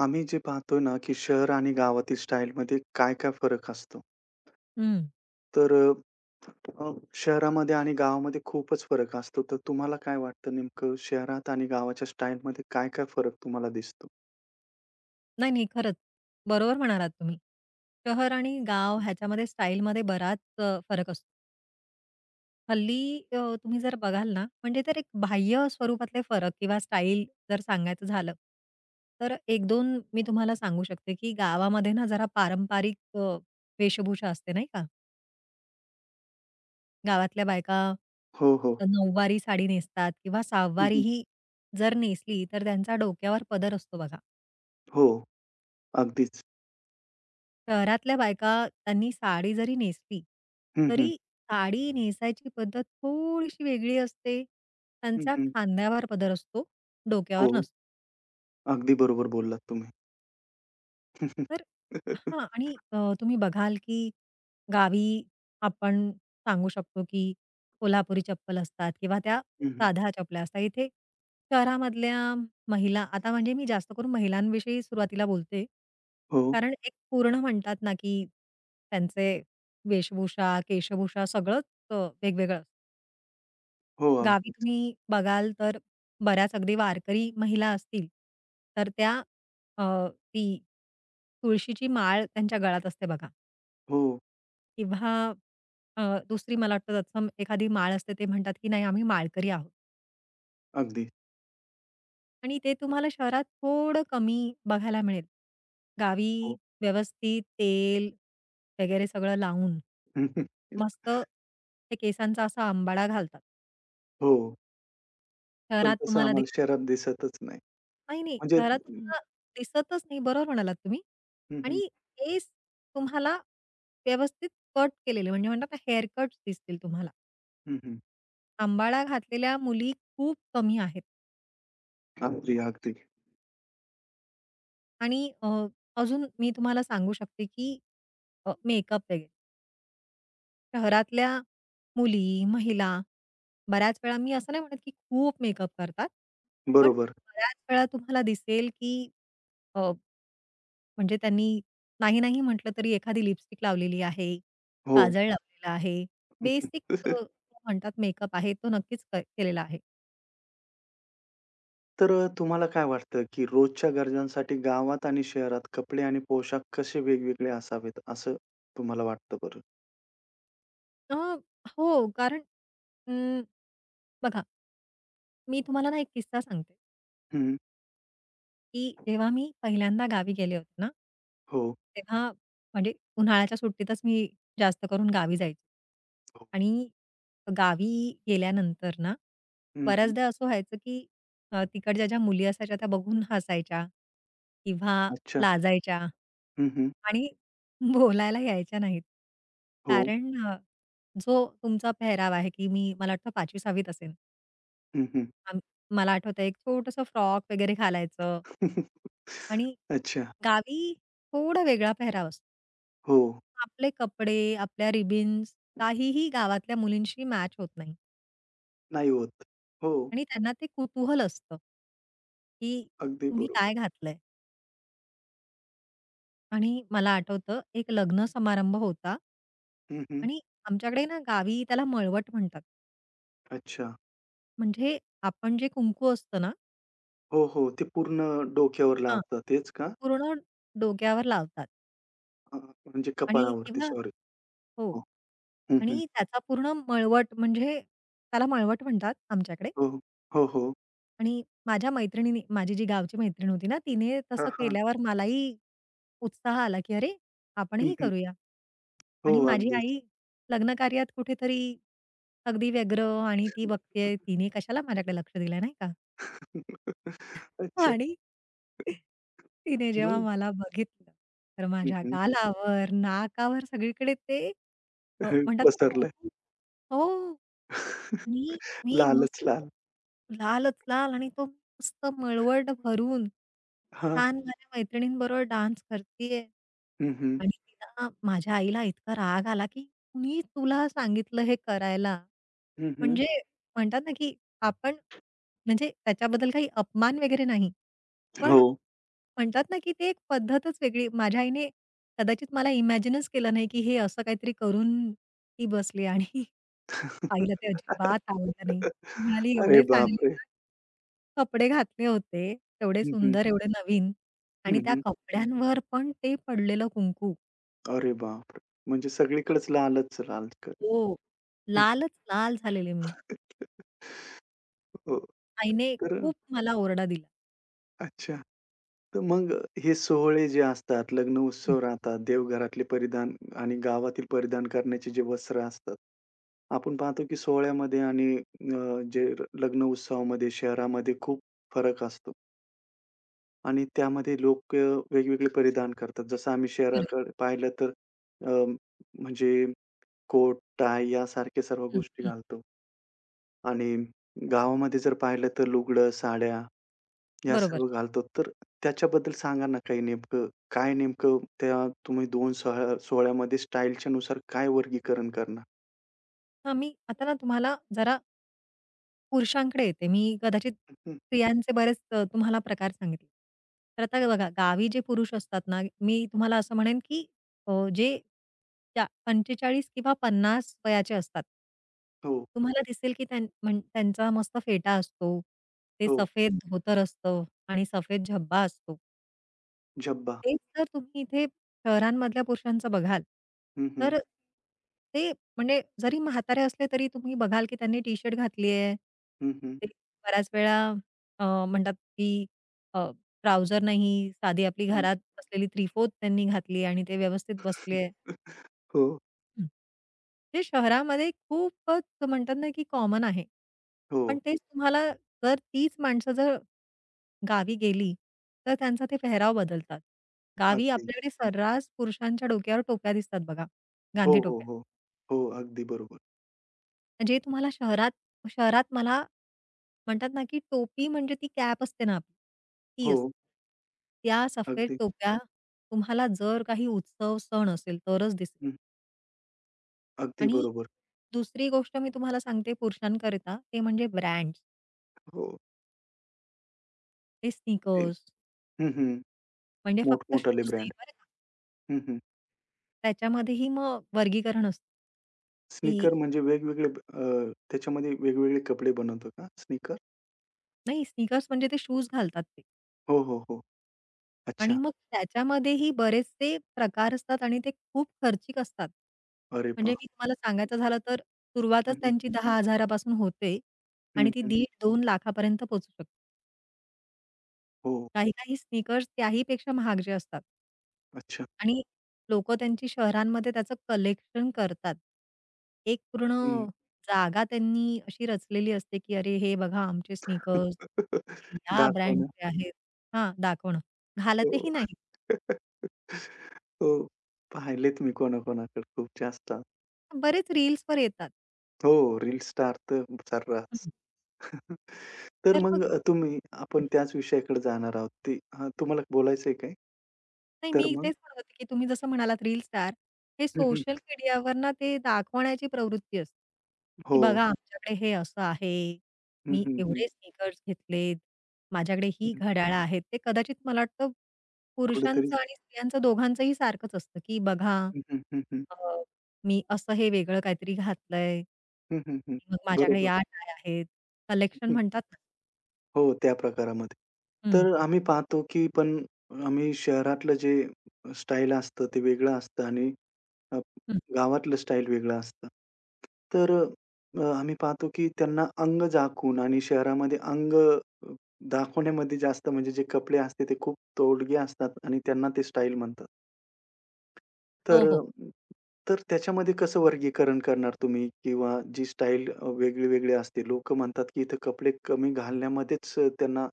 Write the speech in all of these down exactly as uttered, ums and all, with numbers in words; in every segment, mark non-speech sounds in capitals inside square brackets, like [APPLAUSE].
आम्ही जे पाहतो ना, की शहर आणि गावातील स्टाईलमध्ये काय-काय फरक असतो. हं. तर अ, शहरामध्ये आणि गावामध्ये खूपच फरक असतो. तर तुम्हाला काय वाटतं नेमकं शहरात आणि गावाच्या स्टाईलमध्ये काय-काय फरक तुम्हाला दिसतो? नाही, नाही. खरंच. बरोबर म्हणालात तुम्ही. शहर आणि गाव ह्याच्यामध्ये स्टाईलमध्ये बराच अ, फरक असतो. हल्ली अ, तुम्ही जर बघाल ना, म्हणजे तर एक बाह्य स्वरूपातले फरक किंवा स्टाईल जर सांगायचं झालं, तर एक दोन मी तुम्हाला सांगू शकते, की गावामध्ये ना जरा पारंपरिक अ, वेशभूषा असते नाही का? गावातल्या बायका हो, हो. नऊवारी साडी नेसतात किंवा हं, सहावारीही जर नेसली, तर त्यांचा डोक्यावर पदर असतो बघा. हो, अगदीच. शहरातल्या बायका त्यांनी साडी जरी नेसली, हं, हं. तरी साडी नेसायची पद्धत थोडीशी वेगळी असते. त्यांचा हं, खांद्यावर पदर असतो, डोक्यावर हो, नसतो. अगदी बरोबर बोललात तुम्ही. तर [LAUGHS] हां आणि अ, तुम्ही बघाल की गावी आपण सांगू शकतो की कोल्हापुरी चप्पल असतात किंवा त्या हं, साध्या चपल्या असतात. इथे शहरामधल्या महिला आता म्हणजे मी जास्त करून महिलांविषयी सुरुवातीला बोलते. हो, कारण एक पूर्ण म्हणतात ना, की त्यांचे वेशभूषा, केशभूषा सगळंच अ, वेगवेगळं हो, गावी अगदीच. तुम्ही बघाल तर बऱ्याच अगदी वारकरी महिला असतील, तर त्या अ, ती तुळशीची माळ त्यांच्या गळ्यात असते बघा हो, किंवा अ, दुसरी मला वाटतं तत्सम एखादी माळ असते ते म्हणतात, की नाही आम्ही माळकरी आहोत अगदी. आणि ते तुम्हाला शहरात थोडं कमी बघायला मिळेल. गावी हो. व्यवस्थित तेल वगैरे सगळं लावून [LAUGHS] हम्म. मस्त ते केसांचा असा अंबाडा घालतात. हो, पण शहरात तसं तुम्हाला आम्हाला शहरात दिसतच नाही. नाही, नाही. म्हणजे घरात हं, तुम्हाला दिसतच नाही. बरोबर म्हणालात तुम्ही. हं. आणि केस तुम्हाला व्यवस्थित कट केलेले म्हणजे म्हणतात ना हेअर कट्स दिसतील तुम्हाला. हं, अंबाडा घातलेल्या मुली खूप कमी आहेत. अगदी, अगदी. आणि अ, अजून मी तुम्हाला सांगू शकते की अ, मेकअप वगैरे. शहरातल्या मुली, महिला बऱ्याच वेळा मी असं नाही म्हणत की खूप मेकअप करतात. पण बरोबर. बऱ्याच वेळा तुम्हाला दिसेल की अ म्हणजे त्यांनी नाही, नाही म्हटलं तरी एखादी लिपस्टिक लावलेली आहे, हो. काजळ लावलेला आहे. बेसिक अ, [LAUGHS] म्हणतात मेकअप आहे तो नक्कीच क केलेला आहे. तर अ, तुम्हाला काय वाटतं, की रोजच्या गरजांसाठी गावात आणि शहरात कपडे आणि पोशाख कसे वेगवेगळे असावेत, असं तुम्हाला वाटतं बरं? अ, हो कारण अं, बघा मी तुम्हाला ना एक किस्सा सांगते. हं. की जेव्हा मी पहिल्यांदा गावी गेले होते ना, हो. तेव्हा म्हणजे उन्हाळ्याच्या सुट्टीतच मी जास्त करून गावी जायचे. हो. आणि गावी गेल्यानंतर ना, हं, हं. बऱ्याचदा असं व्हायचं की अ, तिकडच्या ज्या मुली असायच्या त्या बघून हसायच्या किंवा अच्छा. लाजायच्या हं, हं. आणि बोलायला यायच्या नाहीत. हो. कारण अ, जो तुमचा पेहराव आहे की मी मला वाटतं पाचवी सहावी त हं, हं. आम मला आठवतंय एक छोटंसं फ्रॉक वगैरे घालायचं. [LAUGHS] आणि अच्छा. गावी थोडा वेगळा पेहराव असतो. हो. आपले कपडे, आपल्या रिबिन्स काहीही गावातल्या मुलींशी मॅच होत नाही नाही होत. हो. आणि त्यांना ते कुतूहल असतं, की अगदी तुम्ही बरोबर. काय घातलंय? आणि मला आठवतं एक लग्न समारंभ होता हं, हं. आणि आमच्याकडे ना गावी त्याला मळवट म्हणतात. अच्छा. म्हणजे आपण जे कुंकू असतं ना हो, हो. ते पूर्ण डोक्यावर हां. लावतात तेच का? पूर्ण डोक्यावर लावतात अ, म्हणजे आणि कपाळावरती किंवा सॉरी. हो. हो. हं, हं. आणि त्याचा पूर्ण मळवट म्हणजे त्याला मळवट म्हणतात आमच्याकडे. हो. हो, हो. आणि माझ्या मैत्रिणीने माझी जी गावची मैत्रीण होती ना, तिने हां, तसं हां. केल्यावर मलाही उत्साह आला, की "अरे, आपणही करूया." हो, आणि माझी अगदीच. आई लग्नकार्यात कुठेतरी अगदी व्यग्र आणि ती बघतेय, तिने कशाला माझ्याकडे लक्ष दिलं, नाही का? [LAUGHS] अच्छा. आणि तिने जेव्हा मग? मला बघितलं, तर हं, माझ्या हं. गालावर, नाकावर सगळीकडे ते अ, म्हणतात ना पसरलंय. कुंकू हो. [LAUGHS] आणि मी लालच मस्त लाल. लालच लाल आणि तो मस्त मळवट भरून हां. छान माझ्या मैत्रिणींबरोबर डान्स करतीये हं, हं. आणि तिला माझ्या आईला इतका राग आला, की "कुणी तुला सांगितलं हे करायला?" हं, हं. म्हणजे म्हणतात ना, की आपण म्हणजे त्याच्याबद्दल काही अपमान वगैरे नाही. पण हो. म्हणतात ना, की ती एक पद्धतच वेगळी माझ्या आईने कदाचित मला इमॅजिनच केलं नाही, की हे असं काहीतरी करून ती बसली आणि आईला ते अजिबात आवडलं नाही. [LAUGHS] ती म्हणाली, अरे "एवढे चांगले बापरे! तुला कपडे घातले होते, तेवढे हं, हं. सुंदर, एवढे नवीन हं, आणि त्या हं. कपड्यांवर पण ते पडलेलं कुंकू. अरे बापरे! म्हणजे सगळीकडेच लालच लाल कर. हो, [LAUGHS] लालच लाल झालेले मी." हो. आईने तर खूप मला ओरडा दिला. अच्छा. तर मग हे सोहळे जे असतात, लग्न हं, उत्सव राहतात, देवघरातले परिधान आणि गावातील परिधान करण्याचे जे वस्त्र असतात. आपण पाहतो की सोहळ्यामध्ये आणि अ, जे र- लग्न उत्सवामध्ये शहरामध्ये खूप फरक असतो आणि त्यामध्ये लोकं वेगवेगळे परिधान करतात. जसं आम्ही बरोबर. शहराकडे पाहिलं तर अ, म्हणजे कोट, टाय यासारख्या सर्व हं, गोष्टी हं. घालतो आणि गावामध्ये जर पाहिलं तर लुगडं, साड्या या बरोबर. सर्व घालतो. तर त्याच्याबद्दल सांगा ना काही नेमकं, काय नेमकं त्या तुम्ही दोन सोहळ्या सोहळ्यामध्ये स्टाईलच्या नुसार काय वर्गीकरण करणार? हां, मी आता ना तुम्हाला जरा पुरुषांकडे येते. मी कदाचित हं, हं. स्त्रियांचे बरेच अ, तुम्हाला प्रकार सांगितले. तर आता बघा गावी जे पुरुष असतात ना, मी तुम्हाला असं म्हणेन की अ, जे त्या पंचेचाळीस किंवा पन्नास वयाचे असतात. हो, तुम्हाला दिसेल की त्यां म्हण त्यांचा मस्त फेटा असतो. ते हो. सफेद धोतर असतं आणि सफेद झब्बा असतो. झब्बा. तेच जर तुम्ही इथे शहरांमधल्या पुरुषांचं बघाल, हं, हं. तर ते म्हणजे जरी म्हातारे असले तरी तुम्ही बघाल, की त्यांनी टी-शर्ट घातली आहे. हं, हं. ते बऱ्याच वेळा अ, म्हणतात, की अ, ट्राउझर नाही, साधी आपली हं. घरात असलेली थ्री-फोर्थ त्यांनी घातली आणि ते व्यवस्थित बसले. [LAUGHS] हो, हं. ते शहरामध्ये खूपच म्हणतात ना, की कॉमन आहे. हो. पण तेच तुम्हाला जर तीच माणसं जर गावी गेली, तर त्यांचा ते पेहराव बदलतात. गावी अगदी. आपल्याकडे सर्रास पुरुषांच्या डोक्यावर टोप्या दिसतात बघा, हो, गांधी हो, टोप्या. हो. हो, अगदी बरोबर. जे तुम्हाला शहरात शहरात मला म्हणतात ना, की टोपी म्हणजे ती कॅप असते ना आपली, ती असते. हो, त्या सफेद अगदी. टोप्या तुम्हाला जर काही उत्सव, सण असेल तरच दिसेल. हं. अगदी आणि बरोबर. दुसरी गोष्ट मी तुम्हाला सांगते पुरुषांकरिता, ते म्हणजे ब्रँड्स, हो, ते ते स्नीकर्स हं, हं. म्हणजे फक्त मोठमोठाले शूज नाही ब्रँड. बरं का. हं, हं. त्याच्यामध्येही मग वर्गीकरण असतं, की स्नीकर म्हणजे वेगवेगळे अ, त्याच्यामध्ये वेगवेगळे कपडे बनवतो का स्नीकर? नाही स्नीकर्स म्हणजे ते शूज घालतात ते हो, हो, हो. आणि अच्छा. मग त्याच्यामध्येही बरेचसे प्रकार असतात आणि ते खूप खर्चिक असतात. अरे म्हणजे वाह! मी तुम्हाला सांगायचं झालं तर हं, सुरुवातच हं. त्यांची दहा हजार पासून होते हं, आणि ती हं. दीड-दोन लाखापर्यंत पोहचू शकते. हो. काही-काही स्नीकर्स त्याहीपेक्षा महाग जे असतात. अच्छा. आणि लोकं त्यांची शहरांमध्ये त्याचं कलेक्शन करतात. एक पूर्ण हं. जागा त्यांनी अशी रचलेली असते, की "अरे, हे बघा आमचे स्नीकर्स, हे [LAUGHS] या दाखवणं. ब्रँडचे आहेत." हां, दाखवणं. हो. घालतही नाहीत. [LAUGHS] हो. पाहिलेत मी कोणाकोणाकडे खूप जास्त. बरेच रील्सवर येतात. हो, रील स्टार तर हं. सर्रास. [LAUGHS] तर तर मग मग अ, तुम्ही आपण त्याच विषयाकडे जाणार आहोत. ते हां, तुम्हाला बोलायचंय काय? नाही, तर मी मग तेच म्हणत होते, की तुम्ही जसं म्हणालात रील स्टार, हे हं, हं. सोशल मीडियावर ना ते दाखवण्याची प्रवृत्ती असते, की हो. बघा आमच्याकडे हे असं आहे, हं, मी हं, हं. एवढे स्नीकर्स घेतलेत, माझ्याकडे हं. ही घड्याळं आहेत. ते कदाचित मला वाटतं कुठेतरी पुरुषांचं आणि स्त्रियांचं दोघांचंही सारखंच असतं, की बघा हं, हं, हं, हं. अ, मी असं हे वेगळं काहीतरी घातलंय. हं, हं, हं. मग माझ्याकडे बरोबर. या टाय आहेत. कलेक्शन म्हणतात ना. हो, त्या प्रकारामध्ये. हं, तर आम्ही पाहतो, की पण आम्ही शहरातलं जे स्टाईल असतं ते वेगळं असतं आणि अ, हं. गावातलं स्टाईल वेगळं असतं. तर अ, आम्ही पाहतो, की त्यांना अंग झाकून आणि शहरामध्ये अंग अ, दाखवण्यामध्ये जास्त म्हणजे जे कपडे असते ते खूप तोडगे असतात आणि त्यांना ते स्टाईल म्हणतात. तर हो, हो. अ, तर त्याच्यामध्ये कसं वर्गीकरण करणार तुम्ही? किंवा जी स्टाईल अ, वेगळी-वेगळी असते. लोकं म्हणतात, की इथे कपडे कमी घालण्यामध्येच अ, त्यांना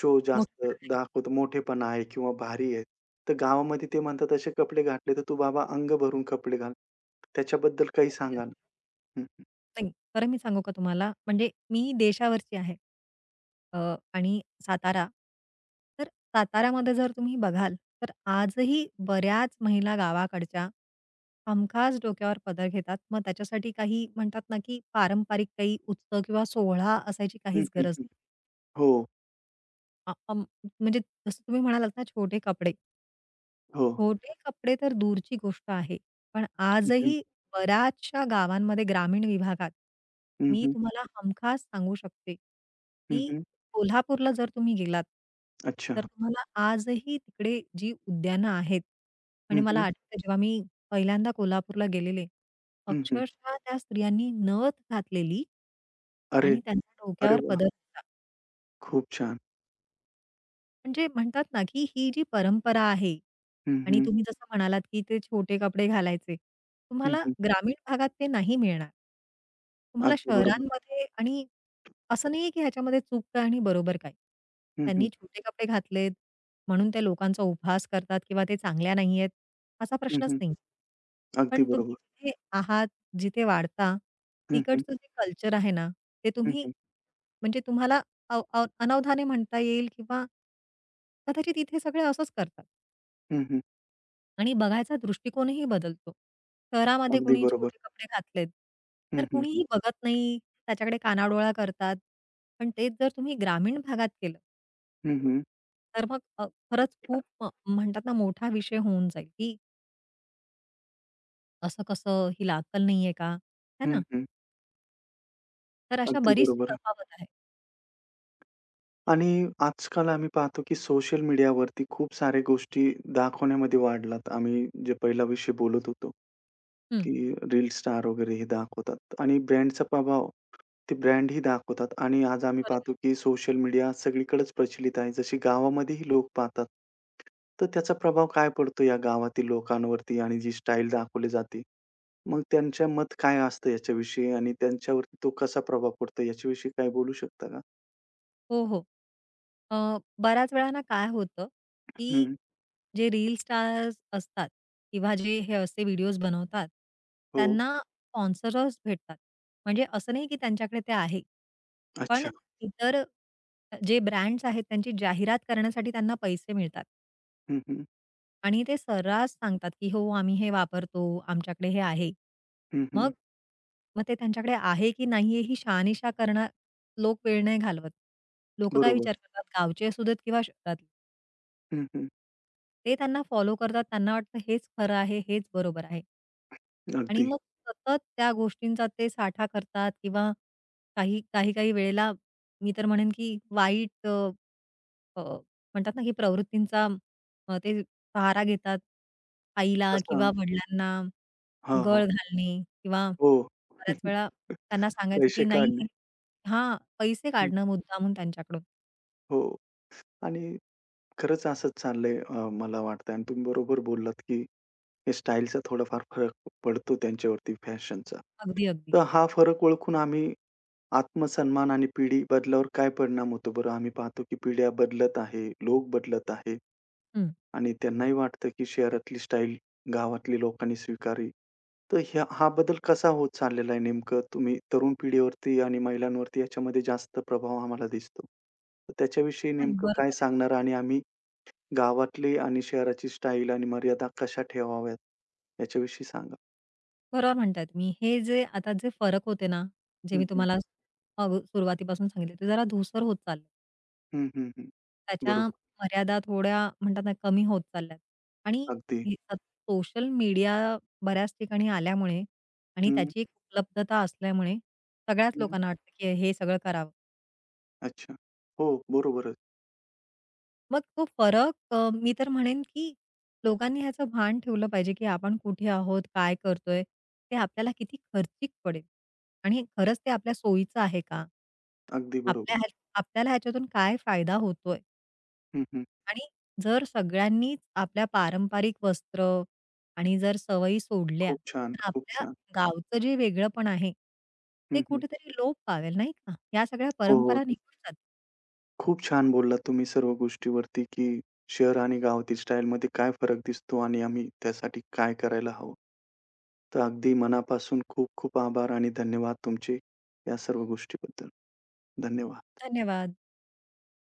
शो जास्त मोठेपणा आहे. दाखवतो, मोठेपणा आहे किंवा भारी आहे. तर गावामध्ये ते म्हणतात, "असे कपडे घातले तर तू बाबा अंग भरून कपडे घाल." त्याच्याबद्दल काही अगदी, सांगा अगदी. ना? हं, हं. नाही, खरं मी सांगू का तुम्हाला, म्हणजे मी देशावरची आहे अ, आणि सातारा. तर साताऱ्यामध्ये जर तुम्ही बघाल, तर आजही बऱ्याच महिला गावाकडच्या हमखास डोक्यावर पदर घेतात. मग त्याच्यासाठी काही म्हणतात ना, की पारंपरिक काही उत्सव किंवा सोहळा असायची हं, काहीच हं, गरज नाही. हं. हो, अ, अं, म्हणजे जसं तुम्ही म्हणालात ना, छोटे कपडे. हो. छोटे कपडे तर दूरची गोष्ट आहे. पण हं, हं. आजही बऱ्याचशा गावांमध्ये, ग्रामीण विभागात हं, मी हं. तुम्हाला हमखास सांगू शकते, हं, की हं. कोल्हापूरला जर तुम्ही गेलात, अच्छा. तर तुम्हाला आजही तिकडे जी उद्यानं आहेत आणि हं, मला हं. आठवतं जेव्हा मी पहिल्यांदा कोल्हापूरला गेलेले, हं, हं. अक्षरशः त्या स्त्रियांनी नथ घातलेली अरे, आणि त्यांच्या अरे डोक्यावर वाह! पदर होता. खूप छान. म्हणजे म्हणतात ना, की ही जी परंपरा आहे हं, आणि हं. तुम्ही जसं म्हणालात, की ते छोटे कपडे घालायचे. हं, तुम्हाला हं. ग्रामीण भागात ते नाही मिळणार. तुम्हाला अगदी बरोबर. शहरांमध्ये आणि असं नाहीये की ह्याच्यामध्ये चूक काय आणि बरोबर काय. हं, हं. त्यांनी छोटे कपडे घातलेत म्हणून ते लोकांचा उपहास करतात किंवा ते चांगल्या नाहीयेत असा हं, प्रश्नच हं. नाही. अगदी पण तुम्ही बरोबर. जिथे आहात, जिथे वाढता, हं, हं. तिकडचं जे कल्चर आहे ना, ते हं, तुम्ही हं. म्हणजे तुम्हाला अव अव अनवधाने म्हणता येईल किंवा कदाचित इथे सगळे असंच करतात. हं, हं. आणि बघायचा दृष्टिकोनही बदलतो. शहरामध्ये अगदी कुणी बरोबर. छोटे कपडे घातलेत, हं, तर हं. कुणीही बघत नाही, त्याच्याकडे कानाडोळा करतात. पण तेच जर तुम्ही ग्रामीण भागात केलं, हं, हं. तर मग अ, खरंच खूप अ, म्हणतात ना मोठा विषय होऊन जाईल, की असं कसं हिला अक्कल नाहीये का? है हं, ना? हं. तर अशा अगदी बरीचशी बरोबर. तफावत आहे. आणि आजकाल आम्ही पाहतो, की सोशल मीडियावरती खूप साऱ्या गोष्टी दाखवण्यामध्ये वाढलात. आम्ही जे पहिला विषय बोलत होतो. हं. की रील स्टार वगैरे हे दाखवतात आणि ब्रँडचा प्रभाव ते ब्रँडही दाखवतात आणि आज आम्ही बरोबर. पाहतो की सोशल मीडिया सगळीकडेच प्रचलित आहे. जशी गावामध्येही लोक पाहतात. तर त्याचा प्रभाव काय पडतो या गावातील लोकांवरती आणि जी स्टाईल दाखवली जाते. मग त्यांच्या मत काय असतं याच्याविषयी आणि त्यांच्यावरती तो कसा प्रभाव पडतो याच्याविषयी काय बोलू शकता का? हो, हो. अ, बऱ्याच वेळा ना काय होतं, की हं. जे रील स्टार्स असतात किंवा जे हे असे व्हिडिओज बनवतात, हो. त्यांना स्पॉन्सरर्स भेटतात. म्हणजे असं नाही की त्यांच्याकडे ते आहे. पण अच्छा. इतर जे ब्रँड्स आहेत त्यांची जाहिरात करण्यासाठी त्यांना पैसे मिळतात. हं, हं. आणि ते सर्रास सांगतात, की "हो, आम्ही हे वापरतो, आमच्याकडे हे आहे." हं, हं. मग मग ते त्यांच्याकडे आहे की नाही आहे ही शहानिशा करणार लोक वेळ नाही घालवत. लोक काय बरोबर. विचार करतात गावचे असू देत किंवा शहरातले. हं, हं. ते त्यांना फॉलो करतात. त्यांना वाटतं हेच खरं आहे, हेच बरोबर आहे. आणि अगदी. मग सतत त्या गोष्टींचा ते साठा करतात किंवा काही काही-काही वेळेला मी तर म्हणेन, की वाईट अ, अ, म्हणतात ना, की प्रवृत्तींचा अ, ते सहारा घेतात. आईला कसा? किंवा वडिलांना हां, हो. गळ घालणे किंवा हो. बऱ्याच [LAUGHS] वेळा त्यांना सांगायचं, पैसे की नाही काढणे. हे हां, पैसे हं. काढणं मुद्दामून त्यांच्याकडून. हो. आणि खरंच असंच चाललंय अ, मला वाटतंय आणि तुम्ही बरोबर बोललात, की हे स्टाईलचा थोडाफार फरक पडतो त्यांच्यावरती फॅशनचा. अगदी, अगदी. तर हा फरक ओळखून आम्ही आत्मसन्मान आणि पिढी बदलावर काय परिणाम होतो बरं? आम्ही पाहतो की पिढ्या बदलत आहे, लोक बदलत आहे हं. आणि त्यांनाही वाटतं की शहरातली स्टाईल गावातल्या लोकांनी स्वीकारावी. तर ह्या हा बदल कसा होत चाललेला आहे नेमकं? तुम्ही तरुण पिढीवरती आणि महिलांवरती याच्यामध्ये जास्त प्रभाव आम्हाला दिसतो. तर त्याच्याविषयी नाही नेमकं काय बरोबर. सांगणार आणि आम्ही गावातली आणि शहराची स्टाईल आणि मर्यादा कशा ठेवाव्यात याच्याविषयी सांगा? बरोबर म्हणताय तुम्ही. हे जे आता जे फरक होते ना, जे हं, मी हं. तुम्हाला हं. सुरुवातीपासून सांगितले, ते जरा धूसर होत चाललंय. हं, हं, हं. त्याच्या बरोबर. मर्यादा थोड्या म्हणतात ना, कमी होत चालल्यात आणि अगदी. सोशल मीडिया बऱ्याच ठिकाणी आल्यामुळे आणि हं, त्याची एक उपलब्धता असल्यामुळे सगळ्याच हं. लोकांना वाटतं, की हे सगळं करावं. अच्छा. हो, बरोबरच. मग तो फरक अ, मी तर म्हणेन, की लोकांनी ह्याचं भान ठेवलं पाहिजे, की आपण कुठे आहोत, काय करतोय, ते आपल्याला किती खर्चिक पडेल आणि खरंच ते आपल्या सोयीचं आहे का? अगदी बरोबर. आपल्या ह्या आपल्याला ह्याच्यातून काय फायदा होतोय? हं, हं. आणि जर सगळ्यांनीच आपल्या पारंपरिक वस्त्र आणि जर सवयी सोडल्या, खूप छान, तर खूप आपल्या छान. गावचं जे वेगळंपण आहे, ते हं, हं. कुठेतरी लोप पावेल, नाही का? या सगळ्या हो, हो. परंपरा निघून जातील. खूप छान बोललात तुम्ही सर्व गोष्टीवरती, की शहर आणि गावातील स्टाईलमध्ये काय फरक दिसतो आणि आम्ही त्यासाठी काय करायला हवं. तर अगदी मनापासून खूप खूप आभार आणि धन्यवाद तुमचे या सर्व गोष्टीबद्दल. धन्यवाद. धन्यवाद.